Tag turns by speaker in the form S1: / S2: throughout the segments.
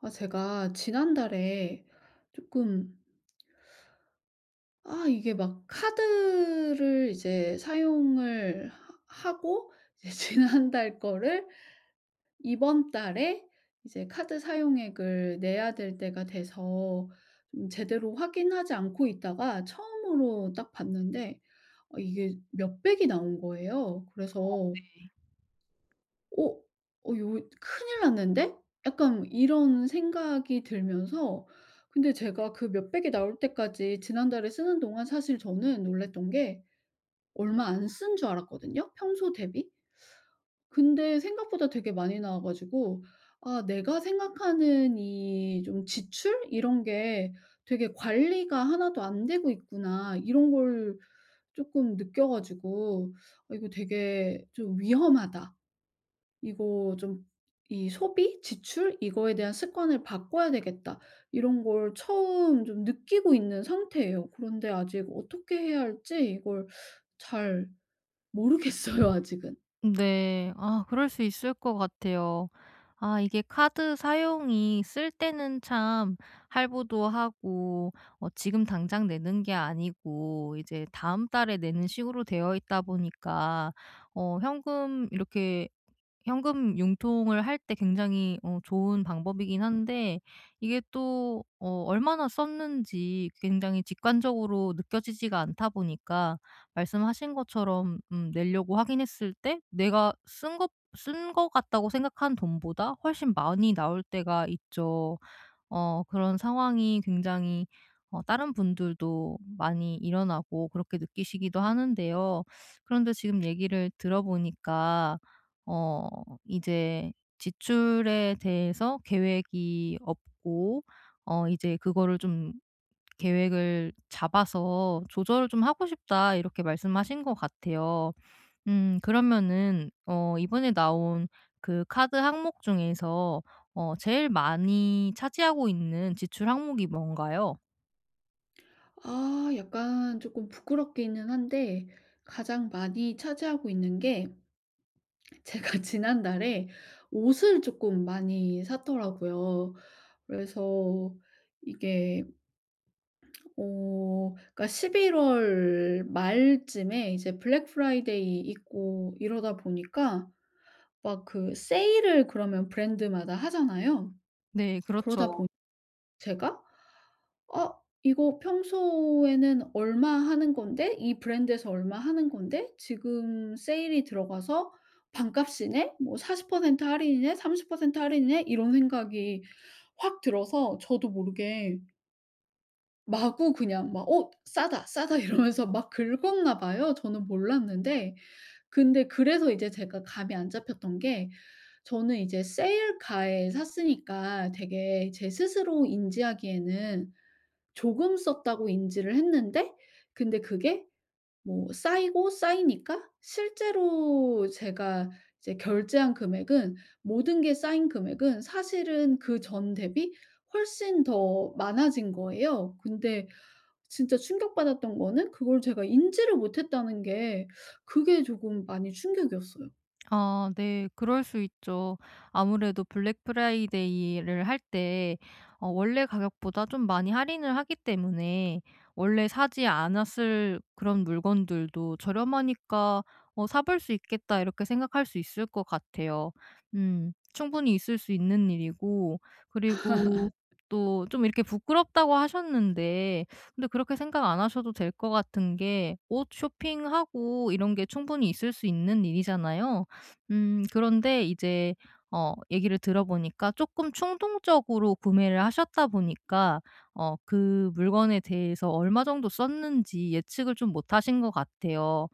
S1: 아, 제가 지난달에 조금, 아, 이게 막 카드를 이제 사용을 하고, 이제 지난달 거를 이번 달에 이제 카드 사용액을 내야 될 때가 돼서 좀 제대로 확인하지 않고 있다가 처음으로 딱 봤는데, 이게 몇백이 나온 거예요. 그래서 '어 어 요 큰일 났는데?' 약간 이런 생각이 들면서, 근데 제가 그 몇백이 나올 때까지 지난달에 쓰는 동안, 사실 저는 놀랐던 게 얼마 안 쓴 줄 알았거든요, 평소 대비. 근데 생각보다 되게 많이 나와 가지고, 아 내가 생각하는 이 좀 지출 이런 게 되게 '관리가 하나도 안 되고 있구나.' 이런 걸 쪼끔 느껴 가지고 '아 이거 되게 좀 위험하다.' 이거 좀 이 '소비, 지출 이거에 대한 습관을 바꿔야 되겠다.' 이런 걸 처음 좀 느끼고 있는 상태예요. 그런데 아직 어떻게 해야 할지 이걸 잘 모르겠어요, 아직은.
S2: 네. 네. 아 그럴 수 있을 것 같아요. 아 이게 카드 사용이 쓸 때는 참 할부도 하고 지금 당장 내는 게 아니고 이제 다음 달에 내는 식으로 되어 있다 보니까 어 현금 이렇게 현금 융통을 할 때 굉장히 좋은 방법이긴 한데, 이게 또 얼마나 썼는지 굉장히 직관적으로 느껴지지가 않다 보니까 말씀하신 것처럼 내려고 확인했을 때 내가 쓴 것 같다고 생각한 돈보다 훨씬 많이 나올 때가 있죠. 그런 상황이 굉장히 다른 분들도 많이 일어나고 그렇게 느끼시기도 하는데요. 그런데 지금 얘기를 들어보니까 어 이제 지출에 대해서 계획이 없고, 이제 그거를 좀 계획을 잡아서 조절을 좀 하고 싶다, 이렇게 말씀하신 것 같아요. 그러면은 이번에 나온 그 카드 항목 중에서 제일 많이 차지하고 있는 지출 항목이 뭔가요?
S1: 아 약간 조금 부끄럽기는 한데, 가장 많이 차지하고 있는 게, 제가 지난달에 옷을 조금 많이 샀더라고요. 그래서 이게, 어 그러니까 11월 말쯤에 이제 블랙 프라이데이 있고 이러다 보니까, 막 그 세일을 그러면 브랜드마다 하잖아요.
S2: 네,
S1: 그러다
S2: 그렇죠.
S1: 보니 제가 '어 이거 평소에는 얼마 하는 건데, 이 브랜드에서 얼마 하는 건데 지금 세일이 들어가서 반값이네. 뭐 40% 할인이네. 30% 할인이네.' 이런 생각이 확 들어서, 저도 모르게 마구 그냥 막 "어 싸다, 싸다." 이러면서 막 긁었나 봐요. 저는 몰랐는데, 근데 그래서 이제 제가 감이 안 잡혔던 게, 저는 이제 세일가에 샀으니까 되게 제 스스로 인지하기에는 조금 썼다고 인지를 했는데, 근데 그게 뭐 쌓이고 쌓이니까 실제로 제가 이제 결제한 금액은, 모든 게 쌓인 금액은 사실은 그 전 대비 훨씬 더 많아진 거예요. 근데 진짜 충격받았던 거는, 그걸 제가 인지를 못했다는 게, 그게 조금 많이 충격이었어요.
S2: 아 네. 그럴 수 있죠. 아무래도 블랙 프라이데이를 할 때 원래 가격보다 좀 많이 할인을 하기 때문에 원래 사지 않았을 그런 물건들도 '저렴하니까 사볼 수 있겠다.' 이렇게 생각할 수 있을 것 같아요. 충분히 있을 수 있는 일이고, 그리고 또 좀 이렇게 부끄럽다고 하셨는데, 근데 그렇게 생각 안 하셔도 될 것 같은 게, 옷 쇼핑하고 이런 게 충분히 있을 수 있는 일이잖아요. 그런데 이제 얘기를 들어보니까 조금 충동적으로 구매를 하셨다 보니까 그 물건에 대해서 얼마 정도 썼는지 예측을 좀 못하신 것 같아요.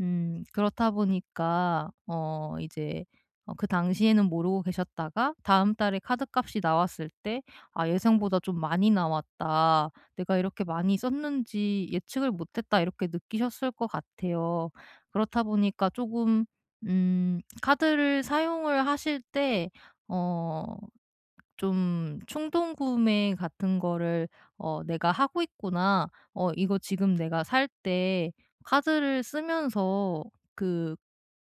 S2: 그렇다 보니까 이제 그 당시에는 모르고 계셨다가 다음 달에 카드값이 나왔을 때 '아 예상보다 좀 많이 나왔다. 내가 이렇게 많이 썼는지 예측을 못했다.' 이렇게 느끼셨을 것 같아요. 그렇다 보니까 조금, 카드를 사용을 하실 때 어 좀 충동 구매 같은 거를, '내가 하고 있구나. 이거 지금 내가 살 때 카드를 쓰면서 그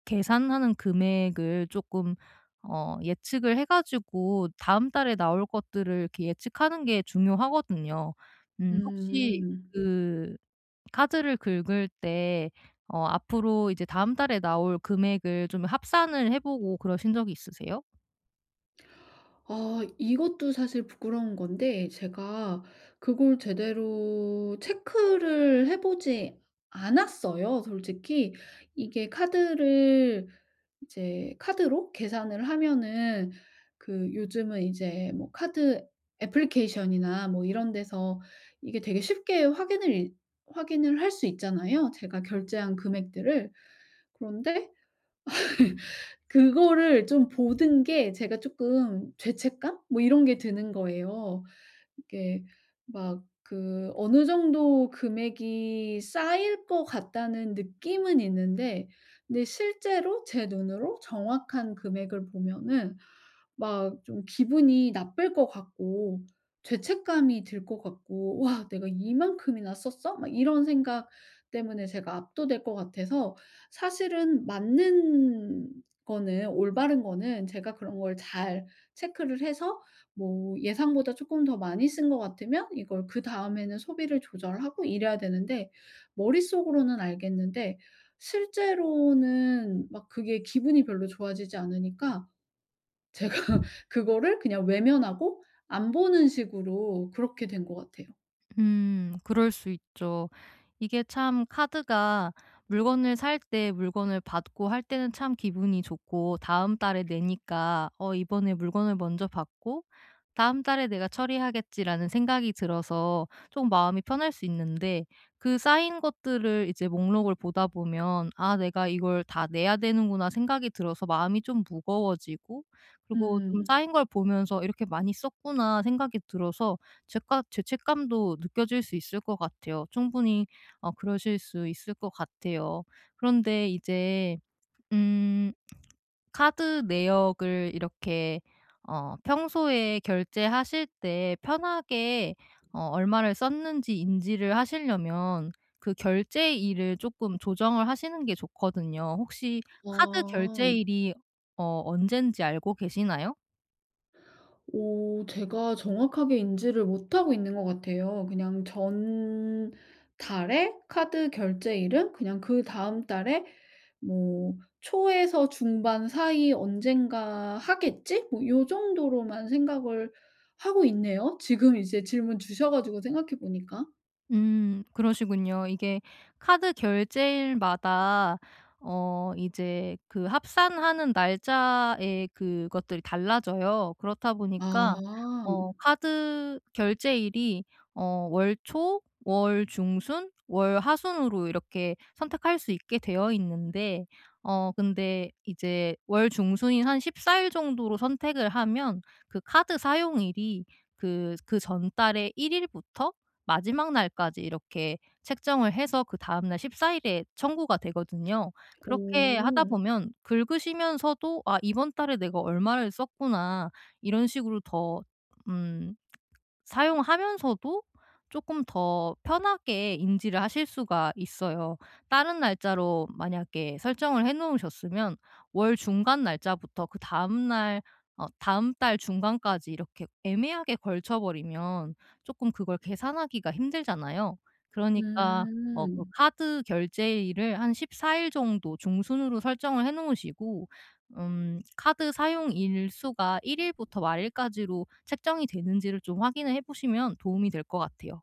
S2: 계산하는 금액을 조금 예측을 해 가지고 다음 달에 나올 것들을 이렇게 예측하는 게 중요하거든요. 혹시
S1: 음.
S2: 그 카드를 긁을 때 앞으로 이제 다음 달에 나올 금액을 좀 합산을 해 보고 그러신 적이 있으세요?
S1: 아 이것도 사실 부끄러운 건데, 제가 그걸 제대로 체크를 해 보지 않았어요, 솔직히. 이게 카드를, 이제 카드로 계산을 하면은, 그 요즘은 이제 뭐 카드 애플리케이션이나 뭐 이런 데서 이게 되게 쉽게 확인을 할 수 있잖아요, 제가 결제한 금액들을. 그런데 그거를 좀 보는 게 제가 쪼끔 죄책감 뭐 이런 게 드는 거예요. 이게 막 그 어느 정도 금액이 쌓일 것 같다는 느낌은 있는데, 근데 실제로 제 눈으로 정확한 금액을 보면은 막 좀 기분이 나쁠 것 같고 죄책감이 들 것 같고 '와 내가 이만큼이나 썼어?' 막 이런 생각 때문에 제가 압도될 것 같아서, 사실은 맞는 거는 올바른 거는 제가 그런 걸 잘 체크를 해서 뭐 예상보다 조금 더 많이 쓴 것 같으면 이걸 그다음에는 소비를 조절하고 이래야 되는데, 머릿속으로는 알겠는데 실제로는 막 그게 기분이 별로 좋아지지 않으니까 제가 그거를 그냥 외면하고 안 보는 식으로 그렇게 된 것 같아요.
S2: 그럴 수 있죠. 이게 참, 카드가 물건을 살 때, 물건을 받고 할 때는 참 기분이 좋고 다음 달에 내니까 '어 이번에 물건을 먼저 받고 다음 달에 내가 처리하겠지.'라는 생각이 들어서 좀 마음이 편할 수 있는데, 그 쌓인 것들을 이제 목록을 보다 보면 '아 내가 이걸 다 내야 되는구나.' 생각이 들어서 마음이 좀 무거워지고, 그리고 좀
S1: 음.
S2: 쌓인 걸 보면서 '이렇게 많이 썼구나.' 생각이 들어서 죄가 죄책감도 느껴질 수 있을 것 같아요. 충분히 그러실 수 있을 것 같아요. 그런데 이제 음 카드 내역을 이렇게 평소에 결제하실 때 편하게 얼마를 썼는지 인지를 하시려면 그 결제일을 조금 조정을 하시는 게 좋거든요. 혹시 카드
S1: 아.
S2: 결제일이 언젠지 알고 계시나요?
S1: 오, 제가 정확하게 인지를 못하고 있는 것 같아요. 그냥 전달에 카드 결제일은 그냥 그다음 달에 뭐 '초에서 중반 사이 언젠가 하겠지?' 뭐 요 정도로만 생각을 하고 있네요, 지금 이제 질문 주셔 가지고 생각해 보니까.
S2: 그러시군요. 이게, 카드 결제일마다 이제 그 합산하는 날짜에 그것들이 달라져요. 그렇다 보니까
S1: 아.
S2: 카드 결제일이 월 초, 월 중순, 월 하순으로 이렇게 선택할 수 있게 되어 있는데, 근데 이제 월 중순인 한 14일 정도로 선택을 하면 그 카드 사용일이 그 전달의 1 일부터 마지막 날까지 이렇게 책정을 해서 그다음 날 14일 일에 청구가 되거든요. 그렇게 하다
S1: 오.
S2: 보면 긁으시면서도 '아 이번 달에 내가 얼마를 썼구나.' 이런 식으로 더음 사용하면서도 조금 더 편하게 인지를 하실 수가 있어요. 다른 날짜로 만약에 설정을 해 놓으셨으면 월 중간 날짜부터 그다음 날 다음 달 중간까지 이렇게 애매하게 걸쳐 버리면 쪼끔 그걸 계산하기가 힘들잖아요. 그러니까 그
S1: 음.
S2: 카드 결제일을 한 14일 정도 중순으로 설정을 해 놓으시고, 카드 사용 일수가 1 일부터 말일까지로 책정이 되는지를 좀 확인을 해 보시면 도움이 될 것 같아요.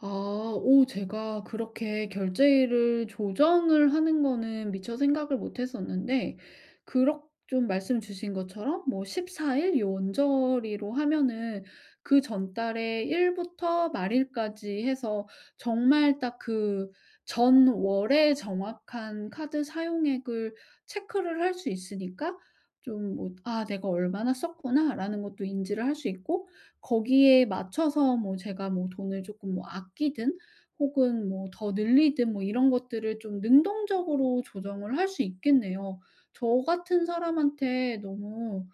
S1: 아. 오 제가 그렇게 결제일을 조정을 하는 거는 미처 생각을 못 했었는데, 그렇 좀 말씀 주신 것처럼 뭐 14 일요원저리로 하면은 그 전달의 1 부터 말일까지 해서 정말 딱 그 전월에 정확한 카드 사용액을 체크를 할 수 있으니까, 좀 뭐 '아 내가 얼마나 썼구나.'라는 것도 인지를 할 수 있고, 거기에 맞춰서 뭐 제가 뭐 돈을 조금 뭐 아끼든 혹은 뭐 더 늘리든 뭐 이런 것들을 좀 능동적으로 조정을 할 수 있겠네요. 저 같은 사람한테 너무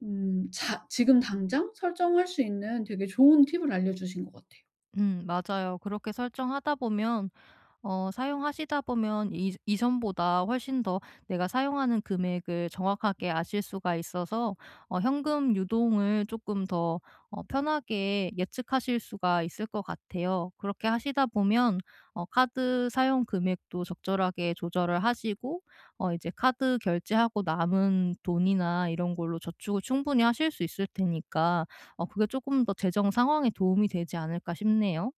S1: 좀 자 지금 당장 설정할 수 있는 되게 좋은 팁을 알려주신 것 같아요.
S2: 맞아요. 그렇게 설정하다 보면 사용하시다 보면 이 이전보다 훨씬 더 내가 사용하는 금액을 정확하게 아실 수가 있어서 현금 유동을 조금 더 편하게 예측하실 수가 있을 것 같아요. 그렇게 하시다 보면 카드 사용 금액도 적절하게 조절을 하시고 이제 카드 결제하고 남은 돈이나 이런 걸로 저축을 충분히 하실 수 있을 테니까 그게 조금 더 재정 상황에 도움이 되지 않을까 싶네요.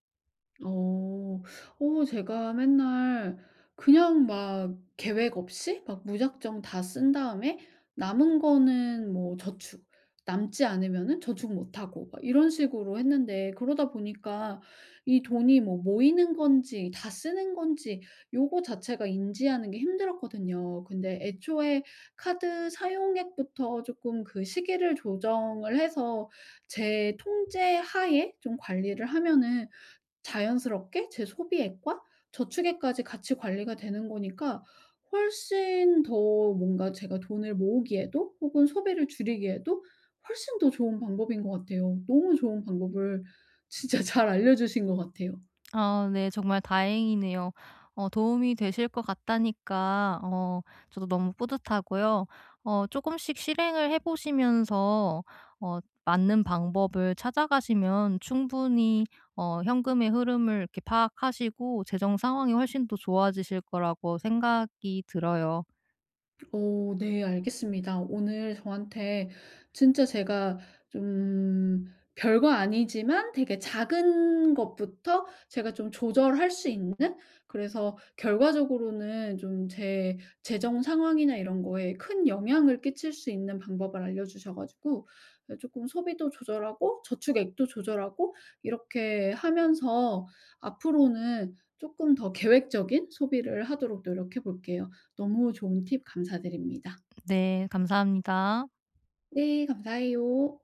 S1: 어. 어 제가 맨날 그냥 막 계획 없이 막 무작정 다 쓴 다음에 남은 거는 뭐 저축, 남지 않으면은 저축 못 하고 막 이런 식으로 했는데, 그러다 보니까 이 돈이 뭐 모이는 건지 다 쓰는 건지 요거 자체가 인지하는 게 힘들었거든요. 근데 애초에 카드 사용액부터 조금 그 시기를 조정을 해서 제 통제 하에 좀 관리를 하면은, 자연스럽게 제 소비액과 저축액까지 같이 관리가 되는 거니까, 훨씬 더 뭔가 제가 돈을 모으기에도 혹은 소비를 줄이기에도 훨씬 더 좋은 방법인 것 같아요. 너무 좋은 방법을 진짜 잘 알려주신 것 같아요.
S2: 아 네. 정말 다행이네요. 도움이 되실 것 같다니까 저도 너무 뿌듯하고요. 어금씩 실행을 해 보시면서 어 맞는 방법을 찾아가시면 충분히 현금의 흐름을 이렇게 파악하시고 재정 상황이 훨씬 더 좋아지실 거라고 생각이 들어요.
S1: 오, 네 알겠습니다. 오늘 저한테 진짜 제가 좀, 별거 아니지만 되게 작은 것부터 제가 좀 조절할 수 있는, 그래서 결과적으로는 좀 제 재정 상황이나 이런 거에 큰 영향을 끼칠 수 있는 방법을 알려 주셔 가지고, 조금 소비도 조절하고 저축액도 조절하고 이렇게 하면서 앞으로는 조금 더 계획적인 소비를 하도록 노력해 볼게요. 너무 좋은 팁 감사드립니다.
S2: 네. 감사합니다.
S1: 네, 감사해요.